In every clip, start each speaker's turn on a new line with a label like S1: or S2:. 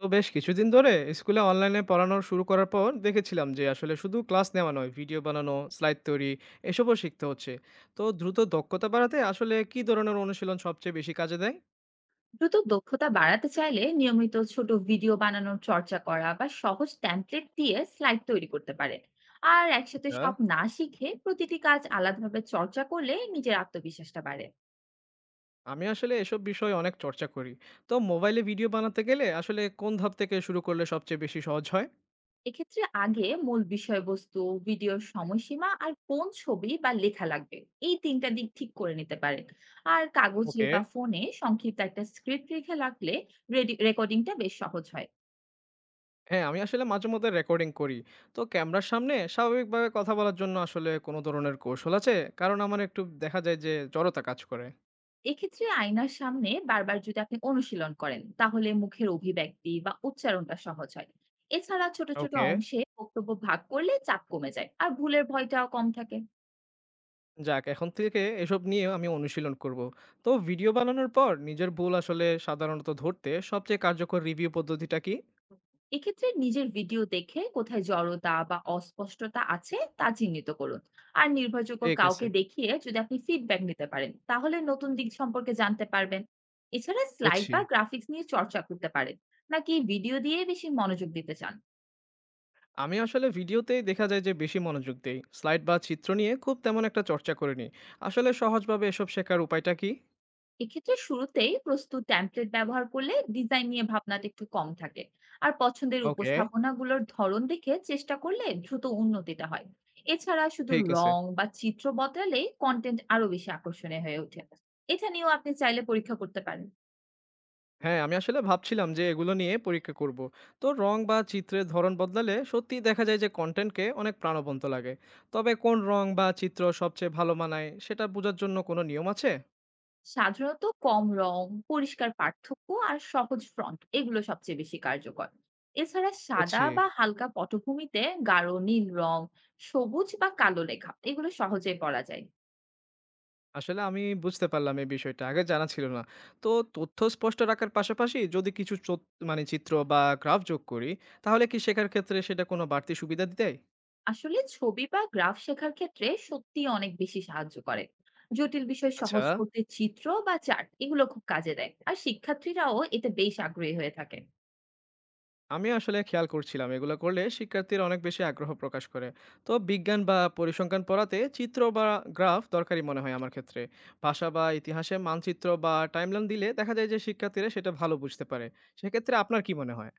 S1: তো বেশ কিছুদিন ধরে স্কুলে অনলাইনে পড়ানো শুরু করার পর দেখেছিলাম যে আসলে শুধু ক্লাস নেওয়া নয়, ভিডিও বানানো, স্লাইড তৈরি এসবও শিখতে হচ্ছে। তো দ্রুত দক্ষতা বাড়াতে আসলে কি ধরনের অনুশীলন সবচেয়ে বেশি কাজে দেয়?
S2: দ্রুত দক্ষতা বাড়াতে চাইলে নিয়মিত ছোট ভিডিও বানানোর চর্চা করা বা সহজ ট্যাম্পলেট দিয়ে স্লাইড তৈরি করতে পারে। আর একসাথে
S1: আচ্ছা,
S2: সব না শিখে প্রতিটি কাজ আলাদাভাবে চর্চা করলে নিজের আত্মবিশ্বাসটা বাড়ে।
S1: আমি আসলে এসব বিষয়ে অনেক চর্চা করি। তো মোবাইলে ভিডিও বানাতে গেলে আসলে কোন ধাপ থেকে শুরু করলে সবচেয়ে বেশি সহজ হয়?
S2: এক্ষেত্রে আগে মূল বিষয়বস্তু, ভিডিওর সময়সীমা আর কোন ছবি বা লেখা লাগবে, এই তিনটা দিক ঠিক করে নিতে পারে। আর কাগজে
S1: ওকে।
S2: বা ফোনে সংক্ষিপ্ত একটা স্ক্রিপ্ট রেখে রাখলে রেকর্ডিংটা বেশ সহজ হয়।
S1: হ্যাঁ, আমি আসলে মাঝে মধ্যে রেকর্ডিং করি। তো ক্যামেরার সামনে স্বাভাবিকভাবে কথা বলার জন্য আসলে কোনো ধরনের কৌশল আছে? কারণ আমার একটু দেখা যায় যে জড়তা কাজ করে।
S2: এক্ষেত্রে আয়নার সামনে বারবার যদি আপনি অনুশীলন করেন তাহলে মুখের অভিব্যক্তি বা উচ্চারণটা সহজ হয়। এছাড়া ছোট ছোট
S1: ওকে।
S2: অংশে বক্তব্য ভাগ করলে চাপ কমে যায় আর ভুলের ভয়টাও কম থাকে।
S1: যাক, এখন থেকে এসব নিয়েও আমি অনুশীলন করব। তো ভিডিও বানানোর পর নিজের ভুল আসলে সাধারণত ধরতে সবচেয়ে কার্যকর রিভিউ পদ্ধতিটা কি?
S2: এক্ষেত্রে নিজের ভিডিও দেখে কোথায় জড়তা বা অস্পষ্টতা আছে তা চিহ্নিত করুন। আর নির্ভরযোগ্য
S1: ঠিক আছে।
S2: কাউকে দেখিয়ে যদি আপনি ফিডব্যাক নিতে পারেন তাহলে নতুন দিক সম্পর্কে জানতে পারবেন। এছাড়া স্লাইড
S1: বুঝছি।
S2: বা গ্রাফিক্স নিয়ে চর্চা করতে পারেন, নাকি ভিডিও দিয়ে বেশি মনোযোগ দিতে চান?
S1: আমি আসলে ভিডিওতেই দেখা যায় যে বেশি মনোযোগ দেই। স্লাইড বা চিত্র নিয়ে খুব তেমন একটা চর্চা করিনি। আসলে সহজভাবে এসব শেখার উপায়টা কি?
S2: এক্ষেত্রে শুরুতেই প্রস্তুত টেমপ্লেট ব্যবহার করলে ডিজাইন নিয়ে ভাবনাটা একটু কম থাকে। আর পছন্দের
S1: ওকে।
S2: উপস্থাপনাগুলোর ধরন দেখে চেষ্টা করলে দ্রুত উন্নতিটা হয়। এছাড়া শুধু
S1: ঠিক আছে।
S2: রং বা চিত্র বদলালে কন্টেন্ট আরো বেশি আকর্ষণীয় হয়ে ওঠে। এটা নিয়েও আপনি চাইলে পরীক্ষা করতে পারেন।
S1: হ্যাঁ, আমি আসলে ভাবছিলাম যে এগুলো নিয়ে পরীক্ষা করব। তো রং বা চিত্রের ধরন বদলালে সত্যিই দেখা যায় যে কনটেন্টকে অনেক প্রাণবন্ত লাগে। তবে কোন রং বা চিত্র সবচেয়ে ভালো মানায় সেটা বোঝার জন্য কোনো নিয়ম আছে?
S2: সাধারণত কম রং, পরিষ্কার পার্থক্য আর সহজ ফ্রন্ট, এগুলো সবচেয়ে বেশি কার্যকর। এছাড়া সাদা
S1: বুঝছি।
S2: বা হালকা পটভূমিতে গাঢ় নীল রং, সবুজ বা কালো লেখা, এগুলো সহজেই পড়া যায়।
S1: আসলে আমি বুঝতে পারলাম এই বিষয়টা। আগে জানা ছিল না। তো তথ্য স্পষ্ট রাখার পাশাপাশি যদি কিছু মানে চিত্র বা গ্রাফ যোগ করি, তাহলে কি শেখার ক্ষেত্রে সেটা কোনো বাড়তি সুবিধা দেয়?
S2: আসলে ছবি বা গ্রাফ শেখার ক্ষেত্রে সত্যিই অনেক বেশি সাহায্য করে। জটিল বিষয়
S1: আচ্ছা।
S2: সহজ করতে চিত্র বা চার্ট এগুলো খুব কাজে দেয় আর শিক্ষার্থীরাও এতে বেশ আগ্রহী হয়ে থাকে।
S1: আমি আসলে খেয়াল করছিলাম এগুলো করলে শিক্ষার্থীরা অনেক বেশি আগ্রহ প্রকাশ করে। তো বিজ্ঞান বা পরিসংখ্যান পড়াতে চিত্র বা গ্রাফ দরকারি মনে হয় আমার ক্ষেত্রে। ভাষা বা ইতিহাসে মানচিত্র বা টাইমলাইন দিলে দেখা যায় যে শিক্ষার্থীরা সেটা ভালো বুঝতে পারে। সেক্ষেত্রে আপনার কি মনে হয়?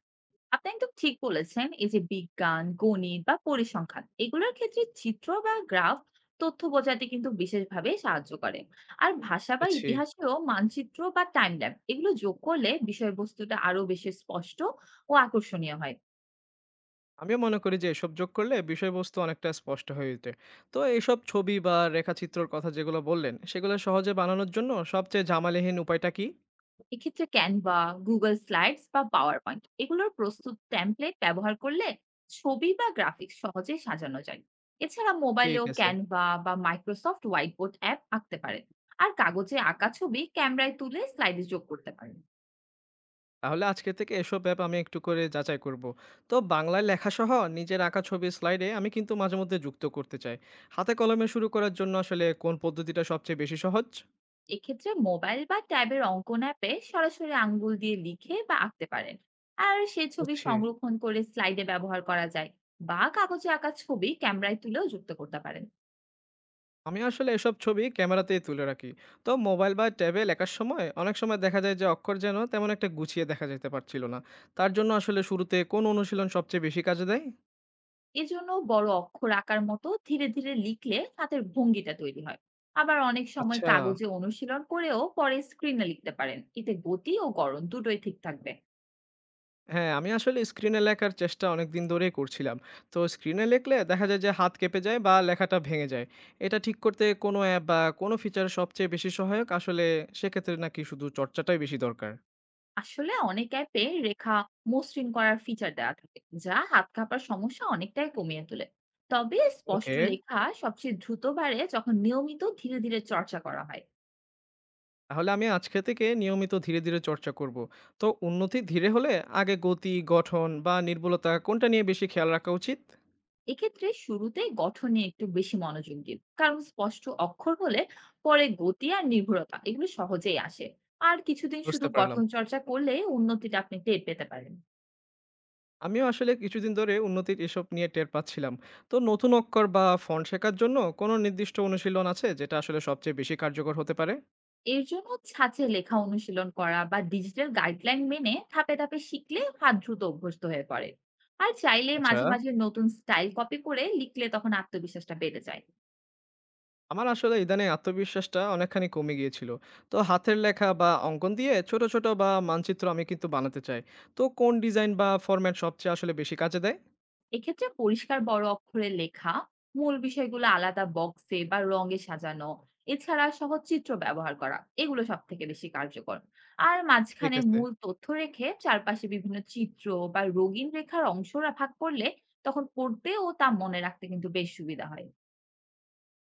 S2: আপনি একদম ঠিক বলেছেন, এই যে বিজ্ঞান, গণিত বা পরিসংখ্যান এগুলোর ক্ষেত্রে চিত্র বা গ্রাফ তথ্য বোঝাতে কিন্তু বিশেষভাবে সাহায্য করে। আর ভাষা বা
S1: বুঝছি।
S2: ইতিহাসেও মানচিত্র বা টাইম ল্যাপ এগুলো যোগ করলে বিষয়বস্তুটা আরো বেশি স্পষ্ট ও আকর্ষণীয় হয়।
S1: আমিও মনে করি যে এসব যোগ করলে বিষয়বস্তু অনেকটা স্পষ্ট হয়ে ওঠে। তো এইসব ছবি বা রেখাচিত্রর কথা যেগুলো বললেন, সেগুলো সহজে বানানোর জন্য সবচেয়ে ঝামেলাহীন উপায়টা কি?
S2: এক্ষেত্রে ক্যানভা, গুগল স্লাইডস বা পাওয়ার পয়েন্ট এগুলোর প্রস্তুত টেমপ্লেট ব্যবহার করলে ছবি বা গ্রাফিক্স সহজে সাজানো যায়। এছাড়া
S1: ঠিক
S2: মোবাইলেও
S1: আছে।
S2: ক্যানভা বা মাইক্রোসফট হোয়াইট বোর্ড অ্যাপ আঁকতে পারেন। আর কাগজে আঁকা ছবি ক্যামেরায় তুলে স্লাইডে যোগ করতে পারেন।
S1: তাহলে আজকে থেকে এসব অ্যাপ আমি একটু করে যাচাই করব। তো বাংলায় লেখাসহ নিজের আঁকা ছবি স্লাইডে আমি কিন্তু মাঝে মধ্যে যুক্ত করতে চাই। হাতে কলমে শুরু করার জন্য আসলে কোন পদ্ধতিটা সবচেয়ে বেশি সহজ?
S2: এক্ষেত্রে মোবাইল বা ট্যাবের অঙ্কন অ্যাপে সরাসরি আঙ্গুল দিয়ে লিখে বা আঁকতে পারেন। আর সেই ছবি
S1: বুঝছি।
S2: সংরক্ষণ করে স্লাইডে ব্যবহার করা যায়। বা কাগজে আঁকা ছবি ক্যামেরায় তুলেও যুক্ত করতে পারেন।
S1: আমি আসলে এসব ছবি ক্যামেরাতেই তুলে রাখি। তো মোবাইল বা ট্যাবে লেখার সময় অনেক সময় দেখা যায় যে অক্ষর যেন তেমন একটা গুছিয়ে দেখা যেতে পারছিল না। তার জন্য আসলে শুরুতে কোন অনুশীলন সবচেয়ে বেশি কাজে দেয়?
S2: এজন্য বড় অক্ষর আঁকার মতো ধীরে ধীরে লিখলে হাতের ভঙ্গিটা তৈরি হয়। আবার অনেক সময়
S1: আচ্ছা।
S2: কাগজে অনুশীলন করেও পরে স্ক্রিনে লিখতে পারেন, এতে গতি ও গড়ন দুটোই ঠিক থাকবে।
S1: হ্যাঁ, আমি আসলে স্ক্রিনে লেখার চেষ্টা অনেকদিন ধরেই করছিলাম। তো স্ক্রিনে লিখলে দেখা যায় যে হাত কেঁপে যায় বা লেখাটা ভেঙে যায়। এটা ঠিক করতে কোনো অ্যাপ বা কোনো ফিচার সবচেয়ে বেশি সহায়ক? আসলে সেক্ষেত্রে নাকি শুধু চর্চাটাই বেশি দরকার?
S2: আসলে অনেক অ্যাপে রেখা মসৃণ করার ফিচার দেওয়া থাকে, যা হাত কাঁপার সমস্যা অনেকটাই কমিয়ে তোলে। তবে স্পষ্ট
S1: ওকে,
S2: লেখা সবচেয়ে দ্রুত বাড়ে যখন নিয়মিত ধীরে ধীরে চর্চা করা হয়।
S1: তাহলে আমি আজকে থেকে নিয়মিত ধীরে ধীরে চর্চা করব। তো উন্নতি ধীরে হলে আগে গতি, গঠন বা নির্ভুলতা কোনটা নিয়ে বেশি খেয়াল রাখা উচিত?
S2: এক্ষেত্রে শুরুতেই গঠন নিয়ে একটু বেশি মনোযোগ দিন, কারণ স্পষ্ট অক্ষর হলে পরে গতি আর নির্ভরতা এগুলো সহজেই আসে। আর কিছুদিন শুধু
S1: বুঝতে পারলাম।
S2: গঠন চর্চা করলে উন্নতিটা আপনি টের পেতে পারেন।
S1: আমিও আসলে কিছুদিন ধরে উন্নতির এসব নিয়ে টের পাচ্ছিলাম। তো নতুন অক্ষর বা ফন্ট শেখার জন্য কোনো নির্দিষ্ট অনুশীলন আছে যেটা আসলে সবচেয়ে বেশি কার্যকর হতে পারে?
S2: এর জন্য ছাঁচে লেখা অনুশীলন করা বা ডিজিটাল গাইডলাইন মেনে ধাপে ধাপে শিখলে হাত দ্রুত অভ্যস্ত হয়ে পড়ে। আর চাইলে
S1: আচ্ছা।
S2: মাঝে মাঝে নতুন স্টাইল কপি করে লিখলে তখন আত্মবিশ্বাসটা বেড়ে যায়।
S1: আমার আসলে ইদানে আত্মবিশ্বাসটা অনেকখানি কমে গিয়েছিল। তো হাতের লেখা বা অঙ্কন দিয়ে ছোট ছোট বা মানচিত্র আমি কিন্তু বানাতে চাই। তো কোন ডিজাইন বা ফরম্যাট সবচেয়ে আসলে বেশি কাজে দেয়?
S2: এক্ষেত্রে পরিষ্কার বড় অক্ষরে লেখা, মূল বিষয়গুলো আলাদা বক্সে বা রঙে সাজানো, এছাড়া সহজ চিত্র ব্যবহার করা, এগুলো সব থেকে বেশি কার্যকর। আর
S1: ঠিক
S2: মাঝখানে
S1: আছে।
S2: মূল তথ্য রেখে চারপাশে বিভিন্ন চিত্র বা রঙিন রেখার অংশরা ভাগ করলে তখন পড়তে ও তা মনে রাখতে কিন্তু বেশ সুবিধা হয়।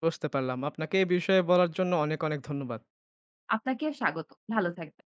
S1: বুঝতে পারলাম। আপনাকে এই বিষয়ে বলার জন্য অনেক অনেক ধন্যবাদ।
S2: আপনাকে স্বাগত। ভালো থাকবেন।